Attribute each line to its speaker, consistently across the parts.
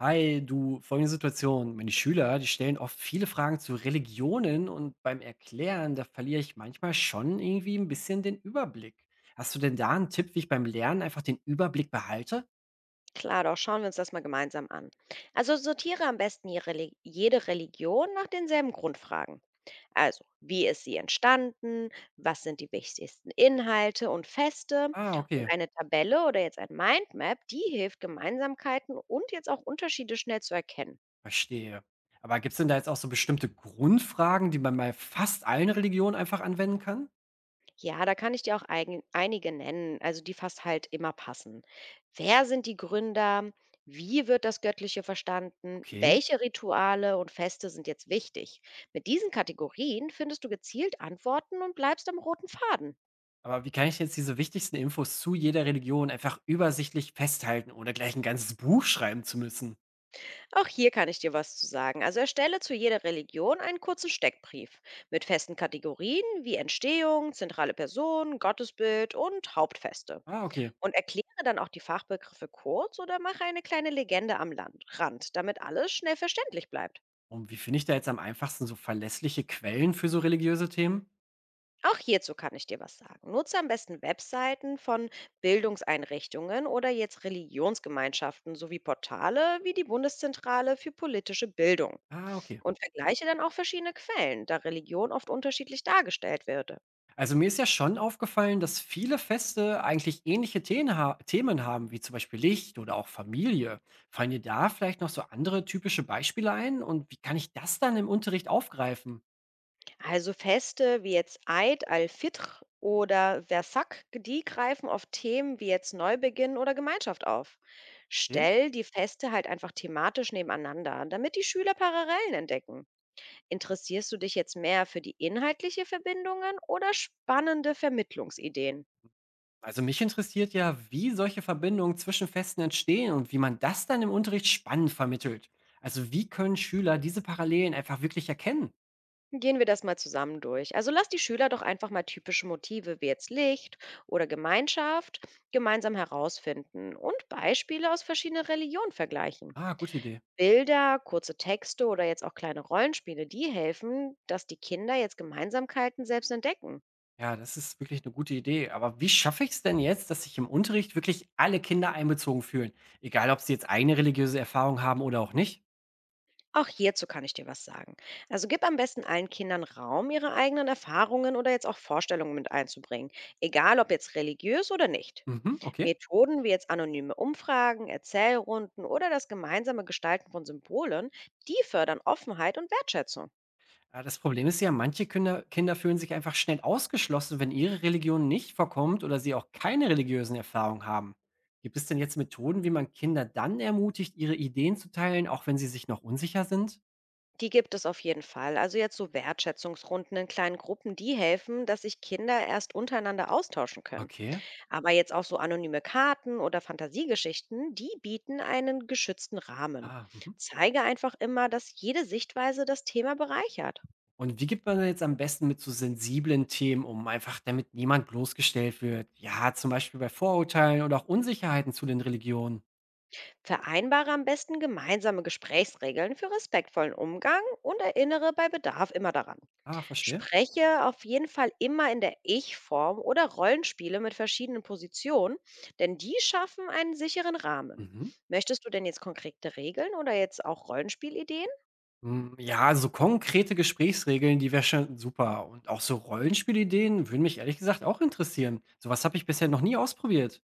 Speaker 1: Hi, du, folgende Situation. Meine Schüler, die stellen oft viele Fragen zu Religionen und beim Erklären, da verliere ich manchmal schon irgendwie ein bisschen den Überblick. Hast du denn da einen Tipp, wie ich beim Lernen einfach den Überblick behalte?
Speaker 2: Klar doch, schauen wir uns das mal gemeinsam an. Also sortiere am besten jede Religion nach denselben Grundfragen. Also, wie ist sie entstanden? Was sind die wichtigsten Inhalte und Feste?
Speaker 1: Ah,
Speaker 2: Und
Speaker 1: okay,
Speaker 2: eine Tabelle oder jetzt ein Mindmap, die hilft, Gemeinsamkeiten und jetzt auch Unterschiede schnell zu erkennen.
Speaker 1: verstehe. Aber gibt es denn da jetzt auch so bestimmte Grundfragen, die man bei fast allen Religionen einfach anwenden kann?
Speaker 2: Ja, da kann ich dir auch eigen einige nennen, also die fast halt immer passen. Wer sind die Gründer? Wie wird das Göttliche verstanden?
Speaker 1: Okay.
Speaker 2: Welche Rituale und Feste sind jetzt wichtig? Mit diesen Kategorien findest du gezielt Antworten und bleibst am roten Faden.
Speaker 1: Aber wie kann ich jetzt diese wichtigsten Infos zu jeder Religion einfach übersichtlich festhalten, ohne gleich ein ganzes Buch schreiben zu müssen?
Speaker 2: Auch hier kann ich dir was zu sagen. Also erstelle zu jeder Religion einen kurzen Steckbrief mit festen Kategorien wie Entstehung, zentrale Person, Gottesbild und Hauptfeste.
Speaker 1: Ah, okay.
Speaker 2: Und erkläre dann auch die Fachbegriffe kurz oder mache eine kleine Legende am Land Rand, damit alles schnell verständlich bleibt.
Speaker 1: Und wie finde ich da jetzt am einfachsten so verlässliche Quellen für so religiöse Themen?
Speaker 2: Auch hierzu kann ich dir was sagen. Nutze am besten Webseiten von Bildungseinrichtungen oder jetzt Religionsgemeinschaften sowie Portale wie die Bundeszentrale für politische Bildung.
Speaker 1: Ah, okay.
Speaker 2: Und vergleiche dann auch verschiedene Quellen, da Religion oft unterschiedlich dargestellt wird.
Speaker 1: Also mir ist ja schon aufgefallen, dass viele Feste eigentlich ähnliche Themen Themen haben, wie zum Beispiel Licht oder auch Familie. Fallen dir da vielleicht noch so andere typische Beispiele ein? Und wie kann ich das dann im Unterricht aufgreifen?
Speaker 2: Also Feste wie jetzt Eid al-Fitr oder Versak, die greifen auf Themen wie jetzt Neubeginn oder Gemeinschaft auf.
Speaker 1: Okay.
Speaker 2: Stell die Feste halt einfach thematisch nebeneinander, damit die Schüler Parallelen entdecken. Interessierst du dich jetzt mehr für die inhaltliche Verbindungen oder spannende Vermittlungsideen?
Speaker 1: Also mich interessiert ja, wie solche Verbindungen zwischen Festen entstehen und wie man das dann im Unterricht spannend vermittelt. Also wie können Schüler diese Parallelen einfach wirklich erkennen?
Speaker 2: Gehen wir das mal zusammen durch. Also lass die Schüler doch einfach mal typische Motive wie jetzt Licht oder Gemeinschaft gemeinsam herausfinden und Beispiele aus verschiedenen Religionen vergleichen.
Speaker 1: Ah, gute Idee.
Speaker 2: Bilder, kurze Texte oder jetzt auch kleine Rollenspiele, die helfen, dass die Kinder jetzt Gemeinsamkeiten selbst entdecken.
Speaker 1: Ja, das ist wirklich eine gute Idee. Aber wie schaffe ich es denn jetzt, dass sich im Unterricht wirklich alle Kinder einbezogen fühlen? Egal, ob sie jetzt eigene religiöse Erfahrung haben oder auch nicht.
Speaker 2: Auch hierzu kann ich dir was sagen. Also gib am besten allen Kindern Raum, ihre eigenen Erfahrungen oder jetzt auch Vorstellungen mit einzubringen, egal ob jetzt religiös oder nicht.
Speaker 1: Mhm, okay.
Speaker 2: Methoden wie jetzt anonyme Umfragen, Erzählrunden oder das gemeinsame Gestalten von Symbolen, die fördern Offenheit und Wertschätzung.
Speaker 1: Ah, das Problem ist ja, manche Künder Kinder fühlen sich einfach schnell ausgeschlossen, wenn ihre Religion nicht vorkommt oder sie auch keine religiösen Erfahrungen haben. Gibt es denn jetzt Methoden, wie man Kinder dann ermutigt, ihre Ideen zu teilen, auch wenn sie sich noch unsicher sind?
Speaker 2: Die gibt es auf jeden Fall. Also jetzt so Wertschätzungsrunden in kleinen Gruppen, die helfen, dass sich Kinder erst untereinander austauschen können.
Speaker 1: Okay.
Speaker 2: Aber jetzt auch so anonyme Karten oder Fantasiegeschichten, die bieten einen geschützten Rahmen.
Speaker 1: Ah, mhm.
Speaker 2: Zeige einfach immer, dass jede Sichtweise das Thema bereichert.
Speaker 1: Und wie geht man da jetzt am besten mit so sensiblen Themen um, einfach damit niemand bloßgestellt wird? Ja, zum Beispiel bei Vorurteilen oder auch Unsicherheiten zu den Religionen.
Speaker 2: Vereinbare am besten gemeinsame Gesprächsregeln für respektvollen Umgang und erinnere bei Bedarf immer daran.
Speaker 1: Ah, verstehe.
Speaker 2: Spreche auf jeden Fall immer in der Ich-Form oder Rollenspiele mit verschiedenen Positionen, denn die schaffen einen sicheren Rahmen.
Speaker 1: Mhm.
Speaker 2: Möchtest du denn jetzt konkrete Regeln oder jetzt auch Rollenspielideen?
Speaker 1: Hm, ja, also so konkrete Gesprächsregeln, die wäre schon super. Und auch so Rollenspielideen würden mich ehrlich gesagt auch interessieren. Sowas habe ich bisher noch nie ausprobiert.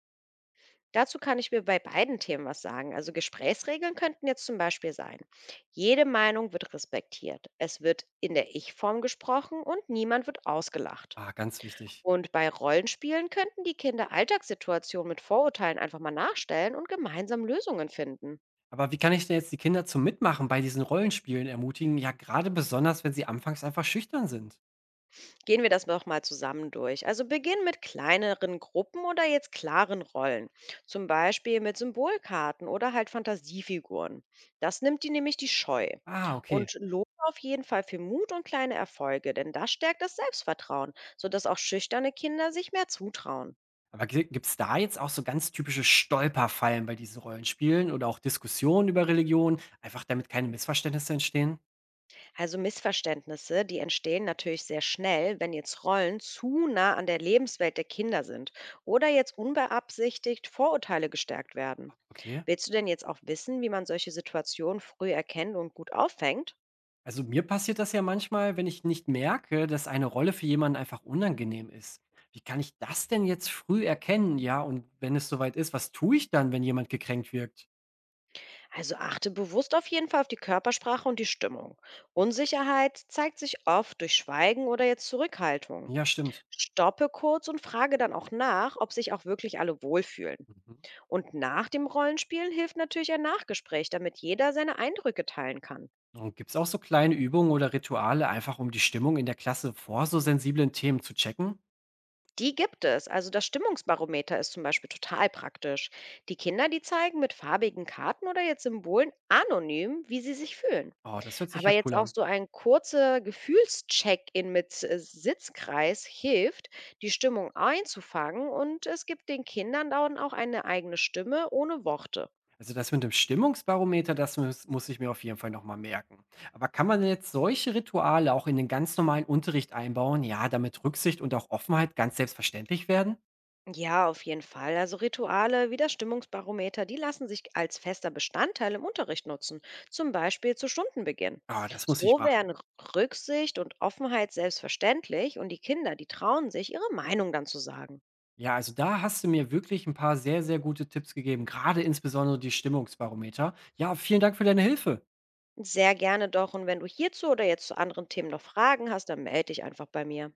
Speaker 2: Dazu kann ich mir bei beiden Themen was sagen. Also Gesprächsregeln könnten jetzt zum Beispiel sein. Jede Meinung wird respektiert. Es wird in der Ich-Form gesprochen und niemand wird ausgelacht.
Speaker 1: Ah, ganz wichtig.
Speaker 2: Und bei Rollenspielen könnten die Kinder Alltagssituationen mit Vorurteilen einfach mal nachstellen und gemeinsam Lösungen finden.
Speaker 1: Aber wie kann ich denn jetzt die Kinder zum Mitmachen bei diesen Rollenspielen ermutigen? Ja, gerade besonders, wenn sie anfangs einfach schüchtern sind.
Speaker 2: Gehen wir das noch mal zusammen durch. Also beginn mit kleineren Gruppen oder jetzt klaren Rollen. Zum Beispiel mit Symbolkarten oder halt Fantasiefiguren. Das nimmt die nämlich die Scheu.
Speaker 1: Ah, okay.
Speaker 2: Und lobe auf jeden Fall für Mut und kleine Erfolge, denn das stärkt das Selbstvertrauen, sodass auch schüchterne Kinder sich mehr zutrauen.
Speaker 1: Aber gi gibt's da jetzt auch so ganz typische Stolperfallen bei diesen Rollenspielen oder auch Diskussionen über Religion, einfach damit keine Missverständnisse entstehen?
Speaker 2: Also Missverständnisse, die entstehen natürlich sehr schnell, wenn jetzt Rollen zu nah an der Lebenswelt der Kinder sind oder jetzt unbeabsichtigt Vorurteile gestärkt werden.
Speaker 1: Okay.
Speaker 2: Willst du denn jetzt auch wissen, wie man solche Situationen früh erkennt und gut auffängt?
Speaker 1: Also mir passiert das ja manchmal, wenn ich nicht merke, dass eine Rolle für jemanden einfach unangenehm ist. Wie kann ich das denn jetzt früh erkennen? Ja, und wenn es soweit ist, was tue ich dann, wenn jemand gekränkt wirkt?
Speaker 2: Also achte bewusst auf jeden Fall auf die Körpersprache und die Stimmung. Unsicherheit zeigt sich oft durch Schweigen oder jetzt Zurückhaltung.
Speaker 1: Ja, stimmt.
Speaker 2: Stoppe kurz und frage dann auch nach, ob sich auch wirklich alle wohlfühlen.
Speaker 1: Mhm.
Speaker 2: Und nach dem Rollenspielen hilft natürlich ein Nachgespräch, damit jeder seine Eindrücke teilen kann.
Speaker 1: Und gibt es auch so kleine Übungen oder Rituale, einfach um die Stimmung in der Klasse vor so sensiblen Themen zu checken?
Speaker 2: Die gibt es. Also das Stimmungsbarometer ist zum Beispiel total praktisch. Die Kinder, die zeigen mit farbigen Karten oder jetzt Symbolen anonym, wie sie sich fühlen.
Speaker 1: Oh, das hört sich
Speaker 2: Aber
Speaker 1: ja
Speaker 2: jetzt
Speaker 1: cool
Speaker 2: auch
Speaker 1: an.
Speaker 2: so ein kurzer Gefühlscheck-in mit Sitzkreis hilft, die Stimmung einzufangen und es gibt den Kindern dann auch eine eigene Stimme ohne Worte.
Speaker 1: Also das mit dem Stimmungsbarometer, muss ich mir auf jeden Fall nochmal merken. Aber kann man jetzt solche Rituale auch in den ganz normalen Unterricht einbauen, ja, damit Rücksicht und auch Offenheit ganz selbstverständlich werden?
Speaker 2: Ja, auf jeden Fall. Also Rituale wie das Stimmungsbarometer, die lassen sich als fester Bestandteil im Unterricht nutzen, zum Beispiel zu Stundenbeginn.
Speaker 1: Ah, das muss ich
Speaker 2: So
Speaker 1: machen.
Speaker 2: werden Rücksicht und Offenheit selbstverständlich und die Kinder, die trauen sich, ihre Meinung dann zu sagen.
Speaker 1: Ja, also da hast du mir wirklich ein paar sehr, sehr gute Tipps gegeben, gerade insbesondere die Stimmungsbarometer. Ja, vielen Dank für deine Hilfe.
Speaker 2: Sehr gerne doch. Und wenn du hierzu oder jetzt zu anderen Themen noch Fragen hast, dann melde dich einfach bei mir.